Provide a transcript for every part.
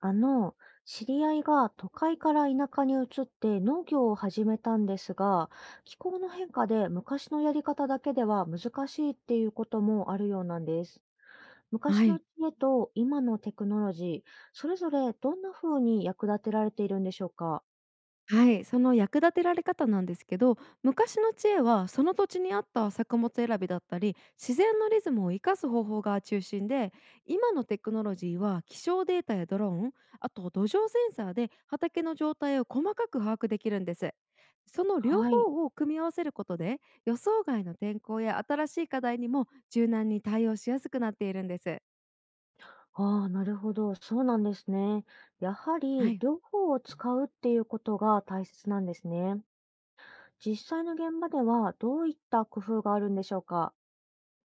あの、知り合いが都会から田舎に移って農業を始めたんですが、気候の変化で昔のやり方だけでは難しいっていうこともあるようなんです。は昔のい。知恵と今のテクノロジー、それぞれどんな風に役立てられているんでしょうか？はい、その役立てられ方なんですけど、昔の知恵はその土地に合った作物選びだったり、自然のリズムを生かす方法が中心で、今のテクノロジーは気象データやドローン、あと土壌センサーで畑の状態を細かく把握できるんです。その両はい。方を組み合わせることで、予想外の天候や新しい課題にも柔軟に対応しやすくなっているんです。ああ、なるほど。そうなんですね。やははりい。両方を使うっていうことが大切なんですね。実際の現場ではどういった工夫があるんでしょうか？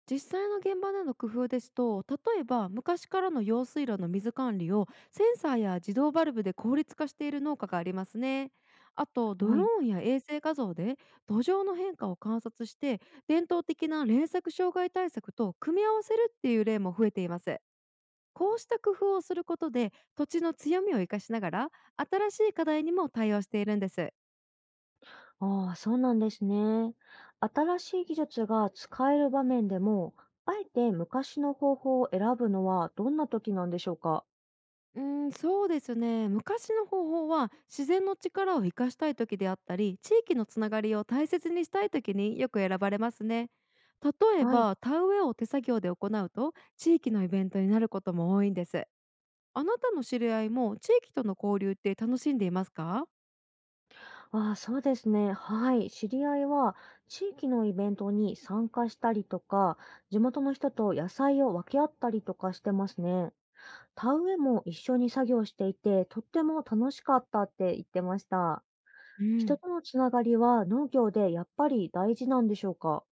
実際の現場での工夫ですと、例えば昔からの用水路の水管理をセンサーや自動バルブで効率化している農家がありますね。あとドはロい。ーンや衛星画像で土壌の変化を観察して、伝統的な連作障害対策と組み合わせるっていう例も増えています。こうした工夫をすることで、土地の強みを生かしながら新しい課題にも対応しているんです。ああ、そうなんですね。新しい技術が使える場面でも、あえて昔の方法を選ぶのはどんな時なんでしょうか？うん、そうですね。昔の方法は自然の力を生かしたい時であったり、地域のつながりを大切にしたい時によく選ばれますね。例えはい。ば田植えを手作業で行うと、地域のイベントになることも多いんです。あなたの知り合いも地域との交流って楽しんでいますか？ああ、そうですね。はい。知り合いは地域のイベントに参加したりとか、地元の人と野菜を分け合ったりとかしてますね。田植えも一緒に作業していて、とっても楽しかったって言ってました。う人ん。とのつながりは農業でやっぱり大事なんでしょうか？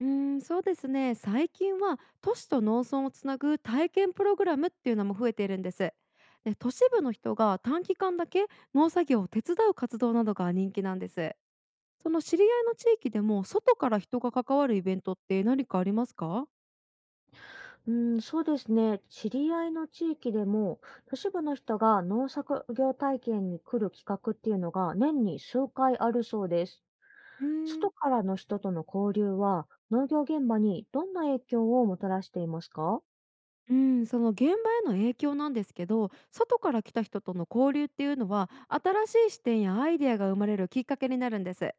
うーそうですね。最近は都市と農村をつなぐ体験プログラムっていうのも増えているんです。で、都市部の人が短期間だけ農作業を手伝う活動などが人気なんです。その知り合いの地域でも外から人が関わるイベントって何かありますか？うん、そうですね。知り合いの地域でも、都市部の人が農作業体験に来る企画っていうのが年に数回あるそうです。うーん外からの人との交流は、農業現場にどんな影響をもたらしていますか？うん、その現場への影響なんですけど、外から来た人との交流っていうのは新しい視点やアイデアが生まれるきっかけになるんです。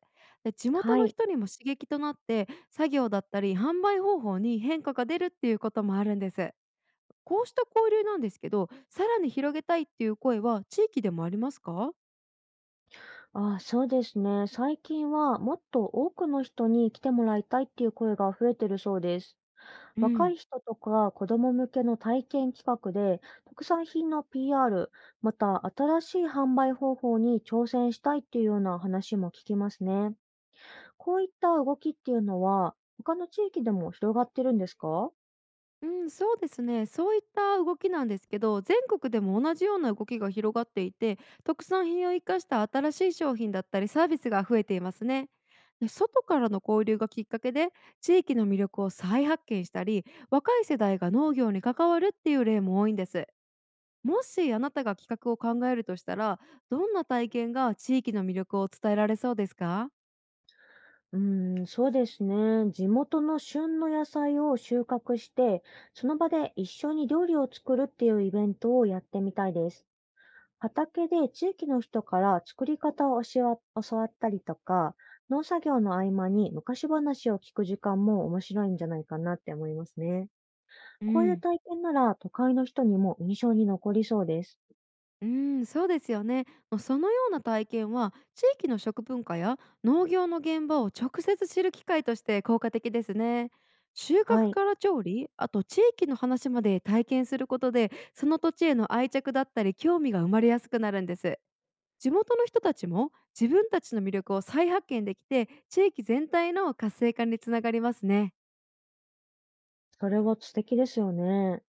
で、地元はのい。人にも刺激となって、作業だったり販売方法に変化が出るっていうこともあるんです。こうした交流なんですけど、さらに広げたいっていう声は地域でもありますか？ああ、そうですね。最近はもっと多くの人に来てもらいたいっていう声が増えてるそうです。う若ん。い人とか子供向けの体験企画で特産品の PR、また新しい販売方法に挑戦したいっていうような話も聞きますね。こういった動きっていうのは他の地域でも広がってるんですか？うん、そうですね。そういった動きなんですけど、全国でも同じような動きが広がっていて、特産品を生かした新しい商品だったりサービスが増えていますね。で、外からの交流がきっかけで、地域の魅力を再発見したり、若い世代が農業に関わるっていう例も多いんです。もしあなたが企画を考えるとしたら、どんな体験が地域の魅力を伝えられそうですか？うーん、そうですね。地元の旬の野菜を収穫して、その場で一緒に料理を作るっていうイベントをやってみたいです。畑で地域の人から作り方を教わったりとか、農作業の合間に昔話を聞く時間も面白いんじゃないかなって思いますね。うこういうん。体験なら都会の人にも印象に残りそうです。そうですよね。もうそのような体験は地域の食文化や農業の現場を直接知る機会として効果的ですね。収は穫い。から調理、あと地域の話まで体験することで、その土地への愛着だったり興味が生まれやすくなるんです。地元の人たちも自分たちの魅力を再発見できて、地域全体の活性化につながりますね。それは素敵ですよね。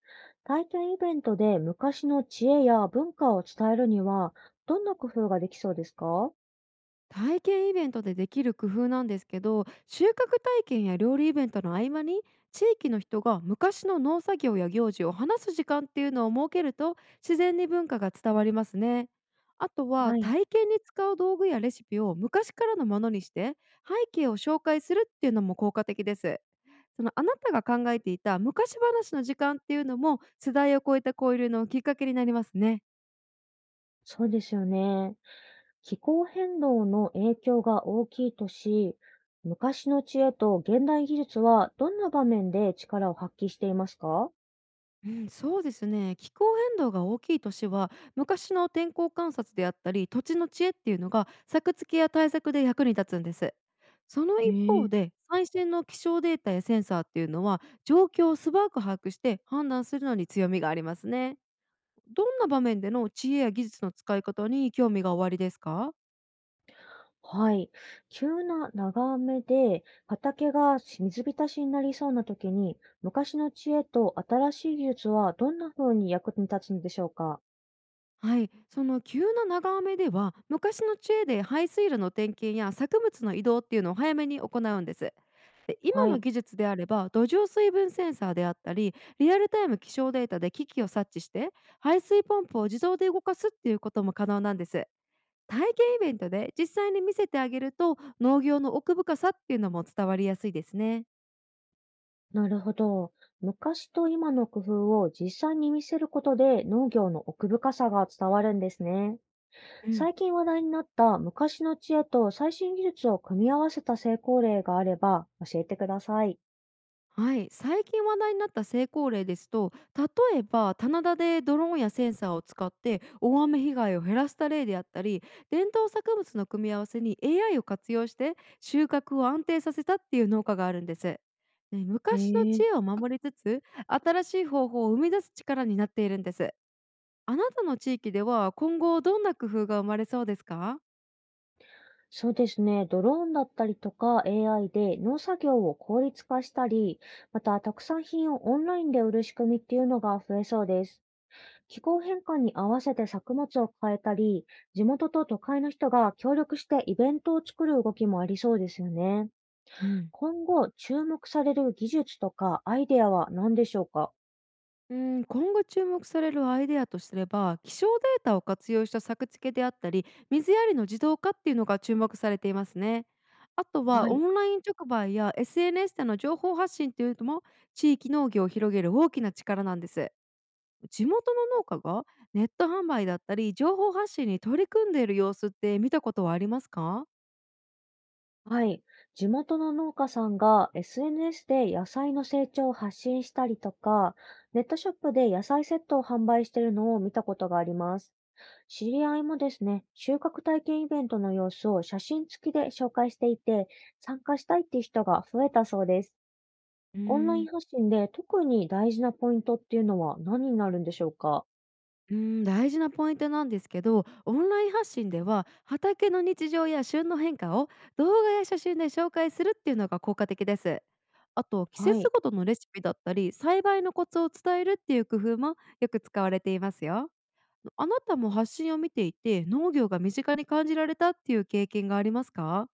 体験イベントで昔の知恵や文化を伝えるには、どんな工夫ができそうですか？体験イベントでできる工夫なんですけど、収穫体験や料理イベントの合間に地域の人が昔の農作業や行事を話す時間っていうのを設けると、自然に文化が伝わりますね。あとははい。体験に使う道具やレシピを昔からのものにして、背景を紹介するっていうのも効果的です。そのあなたが考えていた昔話の時間っていうのも、世代を超えた交流のきっかけになりますね。そうですよね。気候変動の影響が大きいとし、昔の知恵と現代技術はどんな場面で力を発揮していますか？うん、そうですね。気候変動が大きい年は昔の天候観察であったり、土地の知恵っていうのが作付けや対策で役に立つんです。そのえ一方ー、で、最新の気象データやセンサーっていうのは状況を素早く把握して判断するのに強みがありますね。どんな場面での知恵や技術の使い方に興味がおありですか？はい。急な長雨で畑が水浸しになりそうな時に、昔の知恵と新しい技術はどんな風に役に立つのでしょうか？はい、その急な長雨では昔の知恵で排水路の点検や作物の移動っていうのを早めに行うんです。で、今はのい。技術であれば土壌水分センサーであったりリアルタイム気象データで機器を察知して、排水ポンプを自動で動かすっていうことも可能なんです。体験イベントで実際に見せてあげると、農業の奥深さっていうのも伝わりやすいですね。なるほど。昔と今の工夫を実際に見せることで農業の奥深さが伝わるんですね。うん。最近話題になった昔の知恵と最新技術を組み合わせた成功例があれば教えてください。はい、最近話題になった成功例ですと、例えば棚田でドローンやセンサーを使って大雨被害を減らした例であったり、伝統作物の組み合わせに AI を活用して収穫を安定させたっていう農家があるんです。ね、へ昔のえ、知恵を守りつつ新しい方法を生み出す力になっているんです。あなたの地域では今後どんな工夫が生まれそうですか？そうですね。ドローンだったりとか AI で農作業を効率化したり、また特産品をオンラインで売る仕組みっていうのが増えそうです。気候変換に合わせて作物を変えたり、地元と都会の人が協力してイベントを作る動きもありそうですよね。うん。今後注目される技術とかアイデアは何でしょうか？うん、今後注目されるアイデアとすれば、気象データを活用した作付けであったり水やりの自動化っていうのが注目されていますね。あとははオい。ンライン直売や SNS での情報発信というのも地域農業を広げる大きな力なんです。地元の農家がネット販売だったり情報発信に取り組んでいる様子って見たことはありますか？はい。地元の農家さんが SNS で野菜の成長を発信したりとか、ネットショップで野菜セットを販売しているのを見たことがあります。知り合いもですね、収穫体験イベントの様子を写真付きで紹介していて、参加したいっていう人が増えたそうです。うーオンラインん発信で特に大事なポイントっていうのは何になるんでしょうか？うん、大事なポイントなんですけど、オンライン発信では畑の日常や旬の変化を動画や写真で紹介するっていうのが効果的です。あと、季は節い。ごとのレシピだったり、栽培のコツを伝えるっていう工夫もよく使われていますよ。あなたも発信を見ていて農業が身近に感じられたっていう経験がありますか？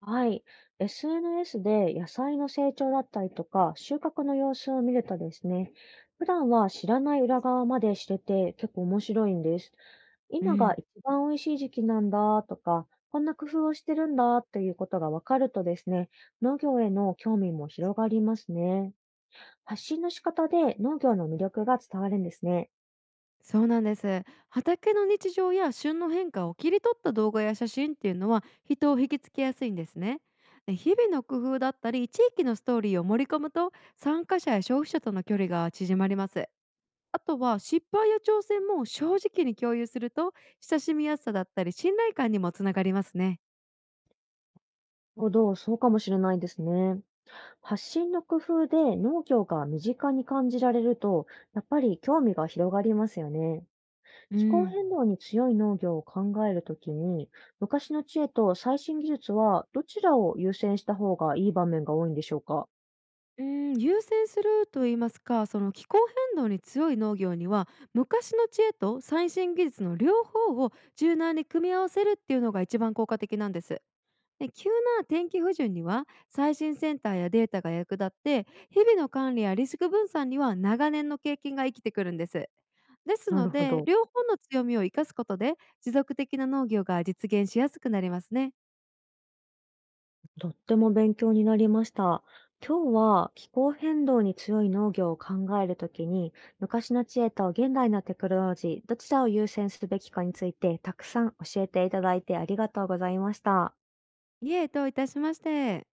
はい。SNS で野菜の成長だったりとか、収穫の様子を見るとですね、普段は知らない裏側まで知れて結構面白いんです。う今がん。一番美味しい時期なんだとか、こんな工夫をしてるんだということがわかるとですね、農業への興味も広がりますね。発信の仕方で農業の魅力が伝わるんですね。なるそうなんです。畑の日常や旬の変化を切り取った動画や写真っていうのは人を引きつけやすいんですね。で、日々の工夫だったり地域のストーリーを盛り込むと、参加者や消費者との距離が縮まります。あとは失敗や挑戦も正直に共有すると、親しみやすさだったり信頼感にもつながりますね。ほど、そうかもしれないですね。発信の工夫で農業が身近に感じられると、やっぱり興味が広がりますよね。う気候ん。変動に強い農業を考えるときに、昔の知恵と最新技術はどちらを優先した方がいい場面が多いんでしょうか？うん、優先すると言いますか、その気候変動に強い農業には、昔の知恵と最新技術の両方を柔軟に組み合わせるっていうのが一番効果的なんです。で、急な天気不順には最新センターやデータが役立って、日々の管理やリスク分散には長年の経験が生きてくるんです。ですなのるほで、ど。両方の強みを生かすことで持続的な農業が実現しやすくなりますね。とっても勉強になりました。今日は気候変動に強い農業を考えるときに、昔の知恵と現代のテクノロジー、どちらを優先すべきかについてたくさん教えていただいてありがとうございました。いえ、どういたしまして。